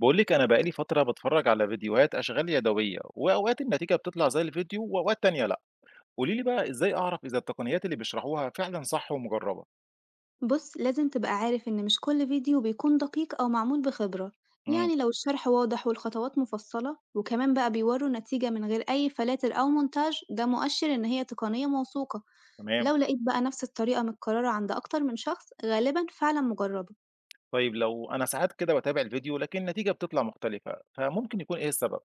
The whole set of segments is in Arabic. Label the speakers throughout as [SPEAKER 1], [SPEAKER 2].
[SPEAKER 1] بقول لك أنا بقالي فترة باتفرج على فيديوهات أشغال يدوية وأوقات النتيجة بتطلع زي الفيديو وأوقات تانية لأ، قولي لي بقى إزاي أعرف إذا التقنيات اللي بيشرحوها فعلًا صح ومجربة؟
[SPEAKER 2] بص لازم تبقى عارف إن مش كل فيديو بيكون دقيق أو معمول بخبرة.
[SPEAKER 1] إمم،
[SPEAKER 2] يعني لو الشرح واضح والخطوات مفصلة وكمان بقى بيوروا نتيجة من غير أي فلاتر أو مونتاج ده مؤشر إن هي تقنية موثوقة.
[SPEAKER 1] تمام،
[SPEAKER 2] لو لقيت بقى نفس الطريقة متكررة عند أكتر من شخص غالبا فعلا مجربة.
[SPEAKER 1] طيب لو أنا ساعات كده باتابع الفيديو لكن النتيجة بتطلع مختلفة، فممكن يكون إيه السبب؟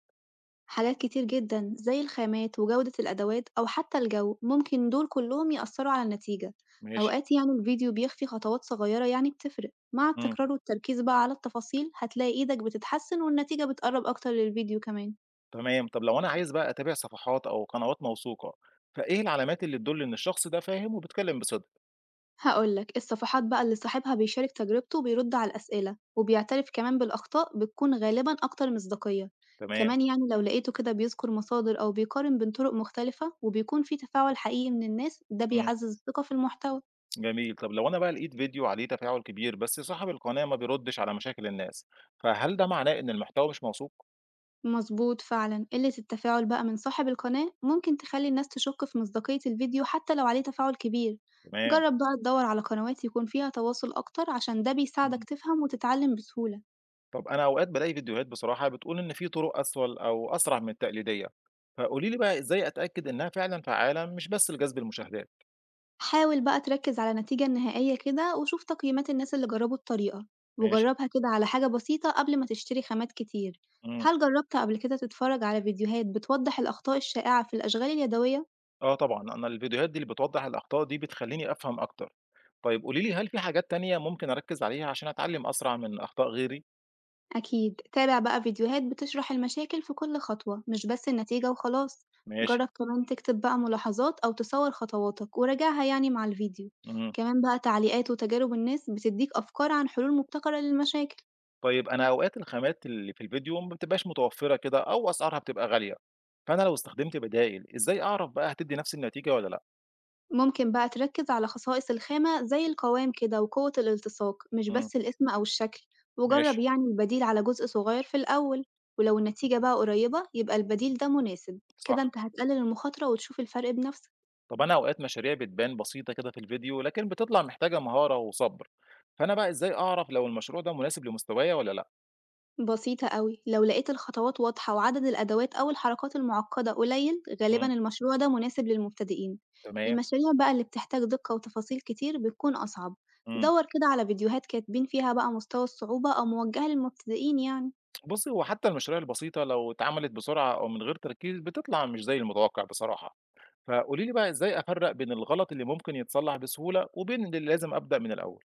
[SPEAKER 2] حاجات كتير جدًا زي الخامات وجودة الأدوات أو حتى الجو، ممكن دول كلّهم يأثّروا على النتيجة.
[SPEAKER 1] ماشي،
[SPEAKER 2] أوقات يعني الفيديو بيخفي خطوات صغيّرة يعني بتفرق، مع
[SPEAKER 1] إمم،
[SPEAKER 2] التكرار والتركيز بقى على التفاصيل هتلاقي إيدك بتتحسّن والنتيجة بتقرّب أكتر للفيديو كمان.
[SPEAKER 1] تمام، طب لو أنا عايز بقى أتابع صفحات أو قنوات موثوقة، فإيه العلامات اللي تدل إن الشخص ده فاهم وبيتكلم بصدق؟
[SPEAKER 2] هاقول لك، الصفحات بقى اللي صاحبها بيشارك تجربته بيرد على الأسئلة، وبيعترف كمان بالأخطاء بتكون غالبًا أكتر مصداقية.
[SPEAKER 1] تمام،
[SPEAKER 2] كمان يعني لو لقيته كده بيذكر مصادر أو بيقارن بين طُرق مختلفة وبيكون في تفاعل حقيقي من الناس، ده
[SPEAKER 1] إمم.
[SPEAKER 2] بيعزّز الثقة في المحتوى.
[SPEAKER 1] جميل. طب لو أنا بقى لقيت فيديو عليه تفاعل كبير بس صاحب القناة ما بيردش على مشاكل الناس، فهل ده معناه إن المحتوى مش موثوق؟
[SPEAKER 2] مظبوط فعلا قلة التفاعل بقى من صاحب القناة ممكن تخلي الناس تشك في مصداقية الفيديو حتى لو عليه تفاعل كبير.
[SPEAKER 1] تمام.
[SPEAKER 2] جرب بقى تدور على قنوات يكون فيها تواصل أكتر عشان ده بيساعدك
[SPEAKER 1] اهم.
[SPEAKER 2] تفهم وتتعلم بسهولة.
[SPEAKER 1] طب أنا أوقات بالاقي فيديوهات بصراحة بتقول إن في طرق أسهل أو أسرع من التقليدية، فقولي لي بقى إزاي أتأكد إنها فعلًا فعالة مش بس لجذب المشاهدات؟
[SPEAKER 2] حاول بقى تركز على النتيجة النهائية كده وشوف تقييمات الناس اللي جربوا الطريقة
[SPEAKER 1] ماشي.
[SPEAKER 2] وجربها كده على حاجة بسيطة قبل ما تشتري خامات كتير.
[SPEAKER 1] إمم.
[SPEAKER 2] هل جربت قبل كده تتفرج على فيديوهات بتوضح الأخطاء الشائعة في الأشغال اليدوية؟
[SPEAKER 1] آه طبعًا، أنا الفيديوهات دي اللي بتوضح الأخطاء دي بتخلّيني أفهم أكتر. طيب قولي لي هل في حاجات تانية ممكن أركّز عليها عشان أتعلم أسرع من أخطاء غيري؟
[SPEAKER 2] أكيد تابع بقى فيديوهات بتشرح المشاكل في كل خطوة مش بس النتيجة وخلاص.
[SPEAKER 1] ماشي.
[SPEAKER 2] جرب كمان تكتب بقى ملاحظات أو تصور خطواتك وراجعها يعني مع الفيديو.
[SPEAKER 1] اهم.
[SPEAKER 2] كمان بقى تعليقات وتجارب الناس بتديك أفكار عن حلول مبتكرة للمشاكل.
[SPEAKER 1] طيب أنا أوقات الخامات اللي في الفيديو ما بتبقاش متوفرة كده أو أسعارها بتبقى غالية، فأنا لو استخدمت بدايل إزاي أعرف بقى هتدي نفس النتيجة ولا لأ؟
[SPEAKER 2] ممكن بقى تركز على خصائص الخامة زي القوام كده وقوة الالتصاق مش
[SPEAKER 1] إمم،
[SPEAKER 2] بس الاسم أو الشكل. وجرب
[SPEAKER 1] ماشي،
[SPEAKER 2] يعني البديل على جزء صغير في الأول. ولو النتيجة بقى قريبة يبقى البديل ده مناسب كده
[SPEAKER 1] صح،
[SPEAKER 2] انت هتقلل المخاطرة وتشوف الفرق بنفسك.
[SPEAKER 1] طب أنا أوقات مشاريع بتبان بسيطة كده في الفيديو لكن بتطلع محتاجة مهارة وصبر، فأنا بقى إزاي أعرف لو المشروع ده مناسب لمستوايا ولا لأ؟
[SPEAKER 2] بسيطة أوي، لو لقيت الخطوات واضحة وعدد الأدوات أو الحركات المعقدة قليل غالبا
[SPEAKER 1] إمم،
[SPEAKER 2] المشروع ده مناسب للمبتدئين.
[SPEAKER 1] تمام،
[SPEAKER 2] المشاريع بقى اللي بتحتاج دقة وتفاصيل كتير بتكون أصعب،
[SPEAKER 1] إمم،
[SPEAKER 2] دور كده على فيديوهات كاتبين فيها بقى مستوى الصعوبة أو موجهة للمبتدئين يعني.
[SPEAKER 1] بُصّي هو حتى المشاريع البسيطة لو اتعملت بسرعة أو من غير تركيز بتطلع مش زي المتوقع بصراحة، فقولي لي بقى إزاي أفرّق بين الغلط اللي ممكن يتصلح بسهولة وبين اللي لازم أبدأ من الأول؟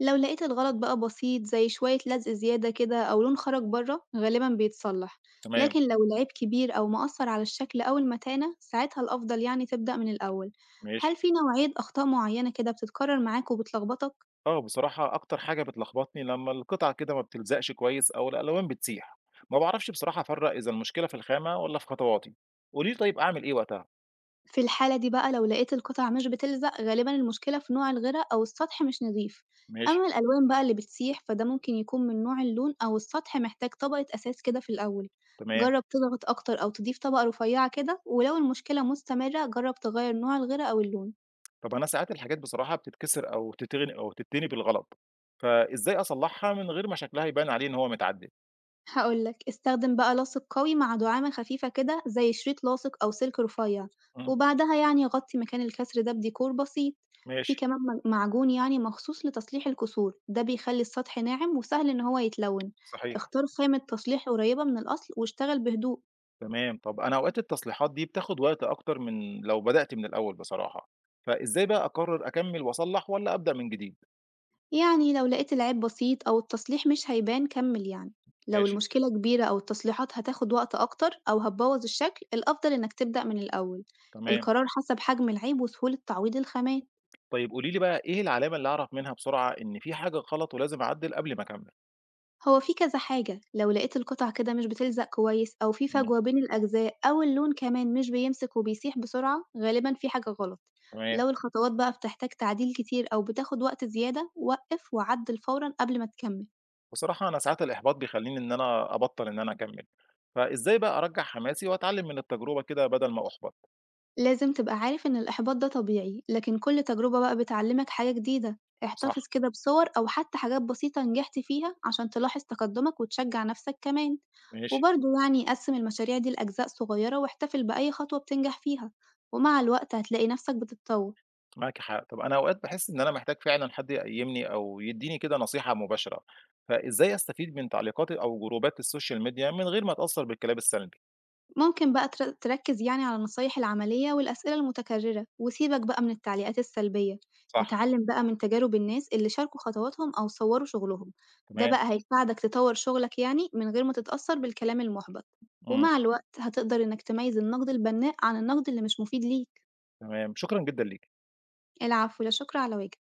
[SPEAKER 2] لو لقيت الغلط بقى بسيط زي شوية لزق زيادة كده أو لون خرج بره غالبا بيتصلح،
[SPEAKER 1] تمام.
[SPEAKER 2] لكن لو العيب كبير أو مأثر على الشكل أو المتانة ساعتها الأفضل يعني تبدأ من الأول.
[SPEAKER 1] ماشي.
[SPEAKER 2] هل في نوعية أخطاء معينة كده بتتكرر معاك وبتلخبطك؟
[SPEAKER 1] آه، بصراحة أكتر حاجة بتلخبطني لمّا القطعة كده ما بتلزقش كويس أو الألوان بتسيح، ما باعرفش بصراحة أفرّق إذا المشكلة في الخامة والّا في خطواتي، قولي لي طيب أعمل إيه وقتها؟
[SPEAKER 2] في الحالة دي بقى لو لقيت القطع مش بتلزق غالبًا المشكلة في نوع الغِرَا أو السطح مش نضيف،
[SPEAKER 1] ماشي،
[SPEAKER 2] أما الألوان بقى اللي بتسيح فده ممكن يكون من نوع اللون أو السطح محتاج طبقة أساس كده في الأول،
[SPEAKER 1] تمام،
[SPEAKER 2] جرّب تضغط أكتر أو تضيف طبقة رفيّعة كده، ولو المشكلة مستمرة جرّب تغيّر نوع الغِرَا أو اللون.
[SPEAKER 1] طب أنا ساعات الحاجات بصراحة بتتكسر أو تتغن أو تتني بالغلط، فإزاي أصلحها من غير ما شكلها يبان عليه إن هو متعدل؟
[SPEAKER 2] هاقول لك استخدم بقى لاصق قوي مع دعامة خفيفة كده زي شريط لاصق أو سلك رفيع،
[SPEAKER 1] إمم،
[SPEAKER 2] وبعدها يعني غطي مكان الكسر ده بديكور بسيط، في
[SPEAKER 1] ماشي،
[SPEAKER 2] كمان معجون يعني مخصوص لتصليح الكسور، ده بيخلي السطح ناعم وسهل إن هو يتلون،
[SPEAKER 1] صحيح،
[SPEAKER 2] اختار خامة تصليح قريبة من الأصل واشتغل بهدوء.
[SPEAKER 1] تمام، طب أنا أوقات التصليحات دي بتاخد وقت أكتر من لو بدأت من الأول بصراحة، فإزاي بقى أقرر أكمّل وأصلح والّا أبدأ من جديد؟
[SPEAKER 2] يعني لو لقيت العيب بسيط أو التصليح مش هيبان كمل يعني، لو
[SPEAKER 1] ماشي،
[SPEAKER 2] المشكلة كبيرة أو التصليحات هتاخد وقت أكتر أو هتبوظ الشكل الأفضل إنك تبدأ من الأول.
[SPEAKER 1] تمام.
[SPEAKER 2] القرار حسب حجم العيب وسهولة تعويض الخامات.
[SPEAKER 1] طيب قولي لي بقى إيه العلامة اللي أعرف منها بسرعة إن في حاجة غلط ولازم أعدِّل قبل ما أكمّل؟
[SPEAKER 2] هو في كذا حاجة، لو لقيت القطع كده مش بتلزق كويس أو في
[SPEAKER 1] إمم،
[SPEAKER 2] فجوة بين الأجزاء أو اللون كمان مش بيمسك وبيسيح بسرعة، غالبًا في حاجة غلط.
[SPEAKER 1] تمام.
[SPEAKER 2] لو الخطوات بقى بتحتاج تعديل كتير أو بتاخد وقت زيادة، وقف وعدل فورًا قبل ما تكمل.
[SPEAKER 1] بصراحة أنا ساعات الإحباط بيخلّيني إن أنا أبطّل إن أنا أكمّل، فإزاي بقى أرجّع حماسي وأتعلّم من التجربة كده بدل ما أُحبط؟
[SPEAKER 2] لازم تبقى عارف إن الإحباط ده طبيعي، لكن كل تجربة بقى بتعلمك حاجة جديدة،
[SPEAKER 1] صح،
[SPEAKER 2] احتفظ كده بصور أو حتى حاجات بسيطة نجحت فيها عشان تلاحظ تقدمك وتشجع نفسك كمان،
[SPEAKER 1] ماشي،
[SPEAKER 2] وبرضه يعني قسم المشاريع دي لأجزاء صغيرة واحتفل بأي خطوة بتنجح فيها، ومع الوقت هتلاقي نفسك بتتطور.
[SPEAKER 1] معاكِ حق. طب أنا أوقات باحس إن أنا محتاج فعلًا حد يقيّمني أو يدّيني كده نصيحة مباشرة، فإزاي أستفيد من تعليقات أو جروبات السوشيال ميديا من غير ما أتأثّر بالكلام السلبي؟
[SPEAKER 2] ممكن بقى تركز يعني على النصايح العملية والأسئلة المتكررة وسيبك بقى من التعليقات السلبية.
[SPEAKER 1] صح،
[SPEAKER 2] اتعلم بقى من تجارب الناس اللي شاركوا خطواتهم أو صوروا شغلهم. ده
[SPEAKER 1] تمام،
[SPEAKER 2] بقى هيساعدك تطور شغلك يعني من غير ما تتأثر بالكلام المحبط.
[SPEAKER 1] إمم،
[SPEAKER 2] ومع الوقت هتقدر إنك تميز النقد البناء عن النقد اللي مش مفيد ليك.
[SPEAKER 1] تمام. شكرًا جدًا ليكِ.
[SPEAKER 2] العفو لا شكر على واجب.